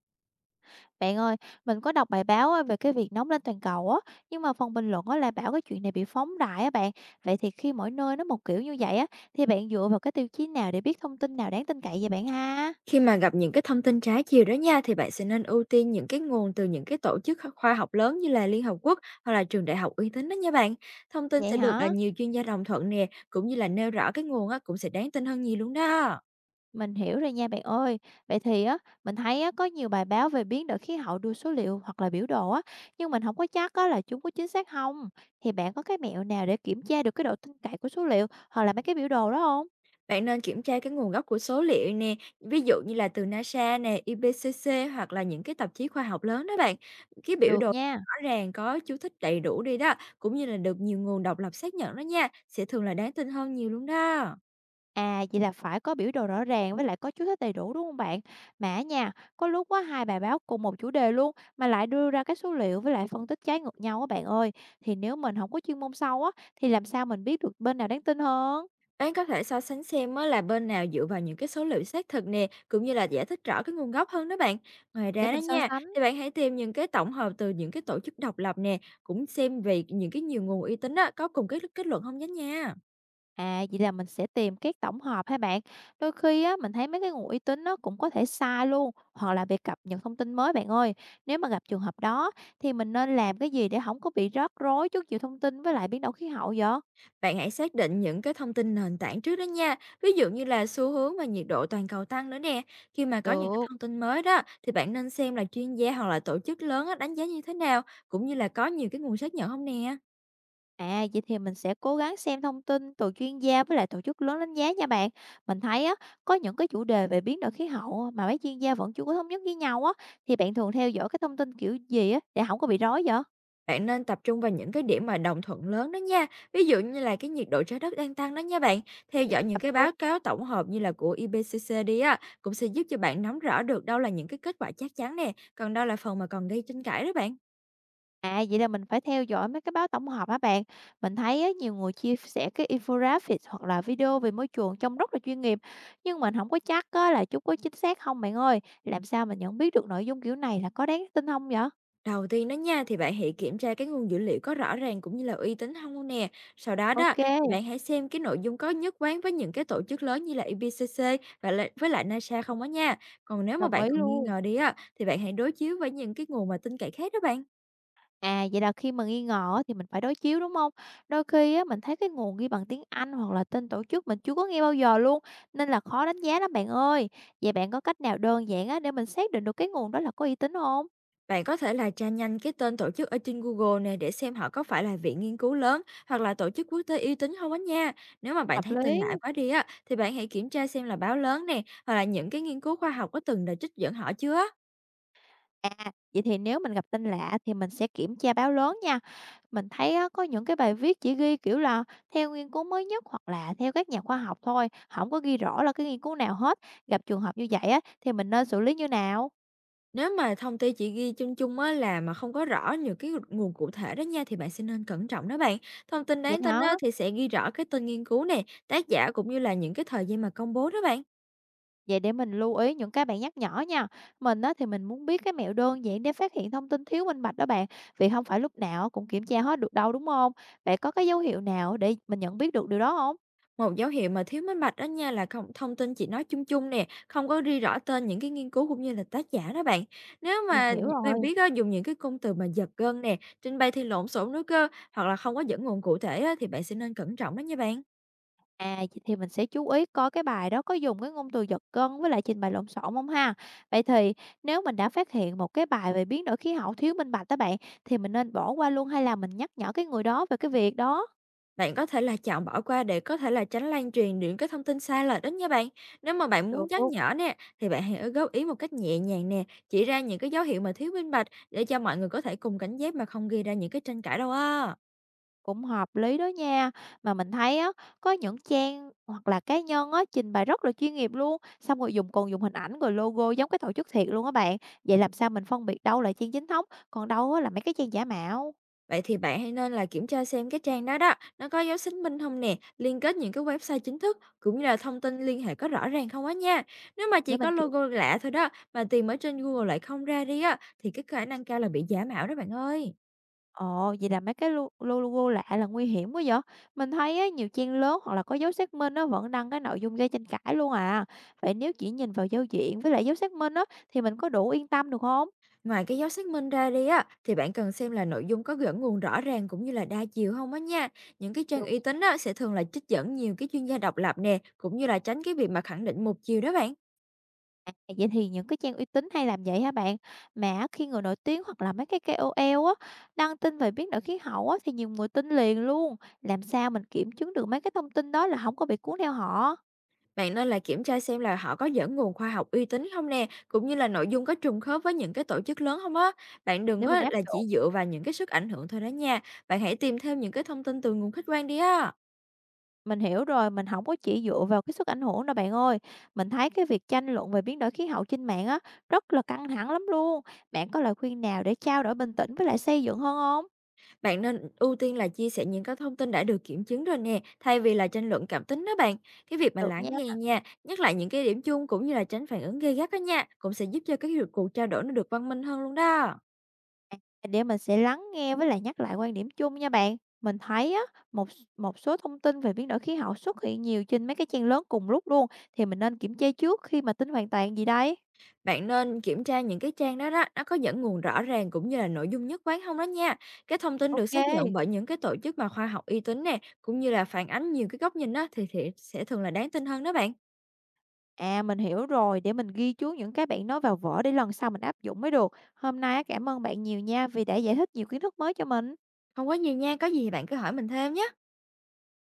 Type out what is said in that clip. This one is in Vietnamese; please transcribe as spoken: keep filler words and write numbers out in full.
Bạn ơi, mình có đọc bài báo á, về cái việc nóng lên toàn cầu á, nhưng mà phần bình luận á, lại bảo cái chuyện này bị phóng đại á bạn. Vậy thì khi mỗi nơi nó một kiểu như vậy á, thì bạn dựa vào cái tiêu chí nào để biết thông tin nào đáng tin cậy vậy bạn ha? Khi mà gặp những cái thông tin trái chiều đó nha, thì bạn sẽ nên ưu tiên những cái nguồn từ những cái tổ chức kho- khoa học lớn như là Liên Hợp Quốc hoặc là trường đại học uy tín đó nha bạn. Thông tin Vậy sẽ được là hả? nhiều chuyên gia đồng thuận nè, cũng như là nêu rõ cái nguồn á, cũng sẽ đáng tin hơn nhiều luôn đó. Mình hiểu rồi nha bạn ơi. Vậy thì á, mình thấy á, có nhiều bài báo về biến đổi khí hậu đưa số liệu hoặc là biểu đồ á, nhưng mình không có chắc á, là chúng có chính xác không. Thì bạn có cái mẹo nào để kiểm tra được cái độ tin cậy của số liệu hoặc là mấy cái biểu đồ đó không? Bạn nên kiểm tra cái nguồn gốc của số liệu nè, ví dụ như là từ NASA nè, i pê xê xê hoặc là những cái tạp chí khoa học lớn đó bạn. Cái biểu Được đồ nha. rõ ràng có chú thích đầy đủ đi đó, cũng như là được nhiều nguồn độc lập xác nhận đó nha, sẽ thường là đáng tin hơn nhiều luôn đó. À, vậy là phải có biểu đồ rõ ràng với lại có chú thích đầy đủ, đúng không bạn? Mà á nha, có lúc á, hai bài báo cùng một chủ đề luôn mà lại đưa ra các số liệu với lại phân tích trái ngược nhau á bạn ơi, thì nếu mình không có chuyên môn sâu á, thì làm sao mình biết được bên nào đáng tin hơn Bạn có thể so sánh xem mới là bên nào dựa vào những cái số liệu xác thực nè, cũng như là giải thích rõ cái nguồn gốc hơn đó bạn. Ngoài để ra đó mình so nha, sánh? thì bạn hãy tìm những cái tổng hợp từ những cái tổ chức độc lập nè, cũng xem về những cái nhiều nguồn uy tín đó có cùng cái kết luận không nhé nha. À, vậy là mình sẽ tìm các tổng hợp hả bạn? Đôi khi á, mình thấy mấy cái nguồn uy tín á, cũng có thể sai luôn hoặc là bị cập nhật thông tin mới bạn ơi. Nếu mà gặp trường hợp đó thì mình nên làm cái gì để không có bị rắc rối trước nhiều thông tin với lại biến đổi khí hậu vậy? Bạn hãy xác định những cái thông tin nền tảng trước đó nha, ví dụ như là xu hướng và nhiệt độ toàn cầu tăng nữa nè. Khi mà có những cái Được. thông tin mới đó, thì bạn nên xem là chuyên gia hoặc là tổ chức lớn á, đánh giá như thế nào, cũng như là có nhiều cái nguồn xác nhận không nè. À, vậy thì mình sẽ cố gắng xem thông tin từ chuyên gia với lại tổ chức lớn đánh giá nha bạn. Mình thấy á, có những cái chủ đề về biến đổi khí hậu mà mấy chuyên gia vẫn chưa có thống nhất với nhau á, thì bạn thường theo dõi cái thông tin kiểu gì á để không có bị rối vậy? Bạn nên tập trung vào những cái điểm mà đồng thuận lớn đó nha, ví dụ như là cái nhiệt độ trái đất đang tăng đó nha bạn. Theo Để dõi mình những tập cái trung. báo cáo tổng hợp như là của i pê xê xê đi á, cũng sẽ giúp cho bạn nắm rõ được đâu là những cái kết quả chắc chắn nè, còn đâu là phần mà còn gây tranh cãi đó bạn. À, vậy là mình phải theo dõi mấy cái báo tổng hợp hả bạn? Mình thấy á, nhiều người chia sẻ cái infographic hoặc là video về môi trường trông rất là chuyên nghiệp, nhưng mình không có chắc á, là chúng có chính xác không bạn ơi. Làm sao mình nhận biết được nội dung kiểu này là có đáng tin không vậy? Đầu tiên đó nha, thì bạn hãy kiểm tra cái nguồn dữ liệu có rõ ràng cũng như là uy tín không nè. Sau đó đó, Ok, thì bạn hãy xem cái nội dung có nhất quán với những cái tổ chức lớn như là i pê xê xê và lại- với lại NASA không á nha. Còn nếu mà đồng bạn ý còn nghi luôn. ngờ đi á, thì bạn hãy đối chiếu với những cái nguồn mà tin cậy khác đó bạn. À, vậy là khi mà nghi ngờ á thì mình phải đối chiếu, đúng không? Đôi khi á, mình thấy cái nguồn ghi bằng tiếng Anh hoặc là tên tổ chức mình chưa có nghe bao giờ luôn, nên là khó đánh giá lắm bạn ơi. Vậy bạn có cách nào đơn giản á, để mình xác định được cái nguồn đó là có uy tín không? Bạn có thể là tra nhanh cái tên tổ chức ở trên Google nè để xem họ có phải là viện nghiên cứu lớn hoặc là tổ chức quốc tế uy tín không á nha. Nếu mà bạn Hợp thấy tin lý. lạ quá đi á thì bạn hãy kiểm tra xem là báo lớn nè hoặc là những cái nghiên cứu khoa học có từng được trích dẫn họ chưa. À, vậy thì nếu mình gặp tin lạ thì mình sẽ kiểm tra báo lớn nha. Mình thấy á, có những cái bài viết chỉ ghi, kiểu là, theo nghiên cứu mới nhất hoặc là theo các nhà khoa học thôi, không có ghi rõ là cái nghiên cứu nào hết. Gặp trường hợp như vậy á, thì mình nên xử lý như nào? Nếu mà thông tin chỉ ghi chung chung á là mà không có rõ nhiều cái nguồn cụ thể đó nha thì bạn sẽ nên cẩn trọng đó bạn. Thông tin Vậy đáng tin hả? á thì sẽ ghi rõ cái tên nghiên cứu nè, tác giả cũng như là những cái thời gian mà công bố đó bạn. Vậy để mình lưu ý những cái bạn nhắc nhở nha. Mình á, thì mình muốn biết cái mẹo đơn giản để phát hiện thông tin thiếu minh bạch đó bạn. Vì không phải lúc nào cũng kiểm tra hết được đâu đúng không? Bạn có cái dấu hiệu nào để mình nhận biết được điều đó không? Một dấu hiệu mà thiếu minh bạch đó nha là không thông tin chỉ nói chung chung nè, không có ghi rõ tên những cái nghiên cứu cũng như là tác giả đó bạn. Nếu Mình mà hiểu bạn rồi. biết á, dùng những cái cụm từ mà giật gân nè, trình bày thì lộn xộn nữa cơ, hoặc là không có dẫn nguồn cụ thể á, thì bạn sẽ nên cẩn trọng đó nha bạn. À, vậy thì mình sẽ chú ý coi cái bài đó có dùng cái ngôn từ giật gân với lại trình bày lộn xộn không ha. Vậy thì nếu mình đã phát hiện một cái bài về biến đổi khí hậu thiếu minh bạch đó bạn thì mình nên bỏ qua luôn hay là mình nhắc nhở cái người đó về cái việc đó? Bạn có thể là chọn bỏ qua để có thể là tránh lan truyền những cái thông tin sai lệch đó nha bạn. Nếu mà bạn muốn Được. nhắc nhở nè, thì bạn hãy góp ý một cách nhẹ nhàng nè, chỉ ra những cái dấu hiệu mà thiếu minh bạch để cho mọi người có thể cùng cảnh giác mà không gây ra những cái tranh cãi đâu á. Cũng hợp lý đó nha. Mà mình thấy á, có những trang hoặc là cá nhân á, trình bày rất là chuyên nghiệp luôn, xong rồi dùng còn dùng hình ảnh rồi logo giống cái tổ chức thiệt luôn á bạn. Vậy làm sao mình phân biệt đâu là trang chính thống, còn đâu á là mấy cái trang giả mạo? Vậy thì bạn hãy nên là kiểm tra xem cái trang đó đó, nó có dấu xác minh không nè, liên kết những cái website chính thức cũng như là thông tin liên hệ có rõ ràng không á nha. Nếu mà chỉ Để mình có kiểm. logo lạ thôi đó mà tìm ở trên Google lại không ra đi á thì cái khả năng cao là bị giả mạo đó bạn ơi. Ồ, vậy là mấy cái lo lo logo lạ là nguy hiểm quá vậy? Mình thấy á, nhiều trang lớn hoặc là có dấu xác minh á, vẫn đăng cái nội dung gây tranh cãi luôn à. Vậy nếu chỉ nhìn vào giao diện với lại dấu xác minh á, thì mình có đủ yên tâm được không? Ngoài cái dấu xác minh ra đi á thì bạn cần xem là nội dung có dẫn nguồn rõ ràng cũng như là đa chiều không á nha. Những cái trang Được. uy tín á sẽ thường là trích dẫn nhiều cái chuyên gia độc lập nè, cũng như là tránh cái việc mà khẳng định một chiều đó bạn. À, vậy thì những cái trang uy tín hay làm vậy hả bạn? Mà á, khi người nổi tiếng hoặc là mấy cái ca ô lờ á, đăng tin về biến đổi khí hậu á, thì nhiều người tin liền luôn. Làm sao mình kiểm chứng được mấy cái thông tin đó là không có bị cuốn theo họ Bạn nên là kiểm tra xem là họ có dẫn nguồn khoa học uy tín không nè, cũng như là nội dung có trùng khớp với những cái tổ chức lớn không á. Bạn đừng để mình có áp là chỉ dụng. dựa vào những cái sức ảnh hưởng thôi đó nha. Bạn hãy tìm thêm những cái thông tin từ nguồn khách quan đi á. Mình hiểu rồi, mình không có chỉ dựa vào cái sức ảnh hưởng đâu bạn ơi. Mình thấy cái việc tranh luận về biến đổi khí hậu trên mạng á, rất là căng thẳng lắm luôn. Bạn có lời khuyên nào để trao đổi bình tĩnh với lại xây dựng hơn không? Bạn nên ưu tiên là chia sẻ những cái thông tin đã được kiểm chứng rồi nè, thay vì là tranh luận cảm tính đó bạn. Cái việc mà Được lắng nha. nghe nha, nhắc lại những cái điểm chung cũng như là tránh phản ứng gây gắt đó nha, cũng sẽ giúp cho cái cuộc trao đổi nó được văn minh hơn luôn đó. Để mình sẽ lắng nghe với lại nhắc lại quan điểm chung nha bạn. Mình thấy á, một một số thông tin về biến đổi khí hậu xuất hiện nhiều trên mấy cái trang lớn cùng lúc luôn, thì mình nên kiểm tra trước khi mà tin hoàn toàn gì đây. Bạn nên kiểm tra những cái trang đó đó, nó có dẫn nguồn rõ ràng cũng như là nội dung nhất quán không đó nha. Cái thông tin được Ok. xác nhận bởi những cái tổ chức mà khoa học uy tín nè, cũng như là phản ánh nhiều cái góc nhìn đó thì, thì sẽ thường là đáng tin hơn đó bạn. À, mình hiểu rồi, để mình ghi chú những cái bạn nói vào vở để lần sau mình áp dụng mới được. Hôm nay á, cảm ơn bạn nhiều nha vì đã giải thích nhiều kiến thức mới cho mình. Không có gì nha, có gì thì bạn cứ hỏi mình thêm nhé.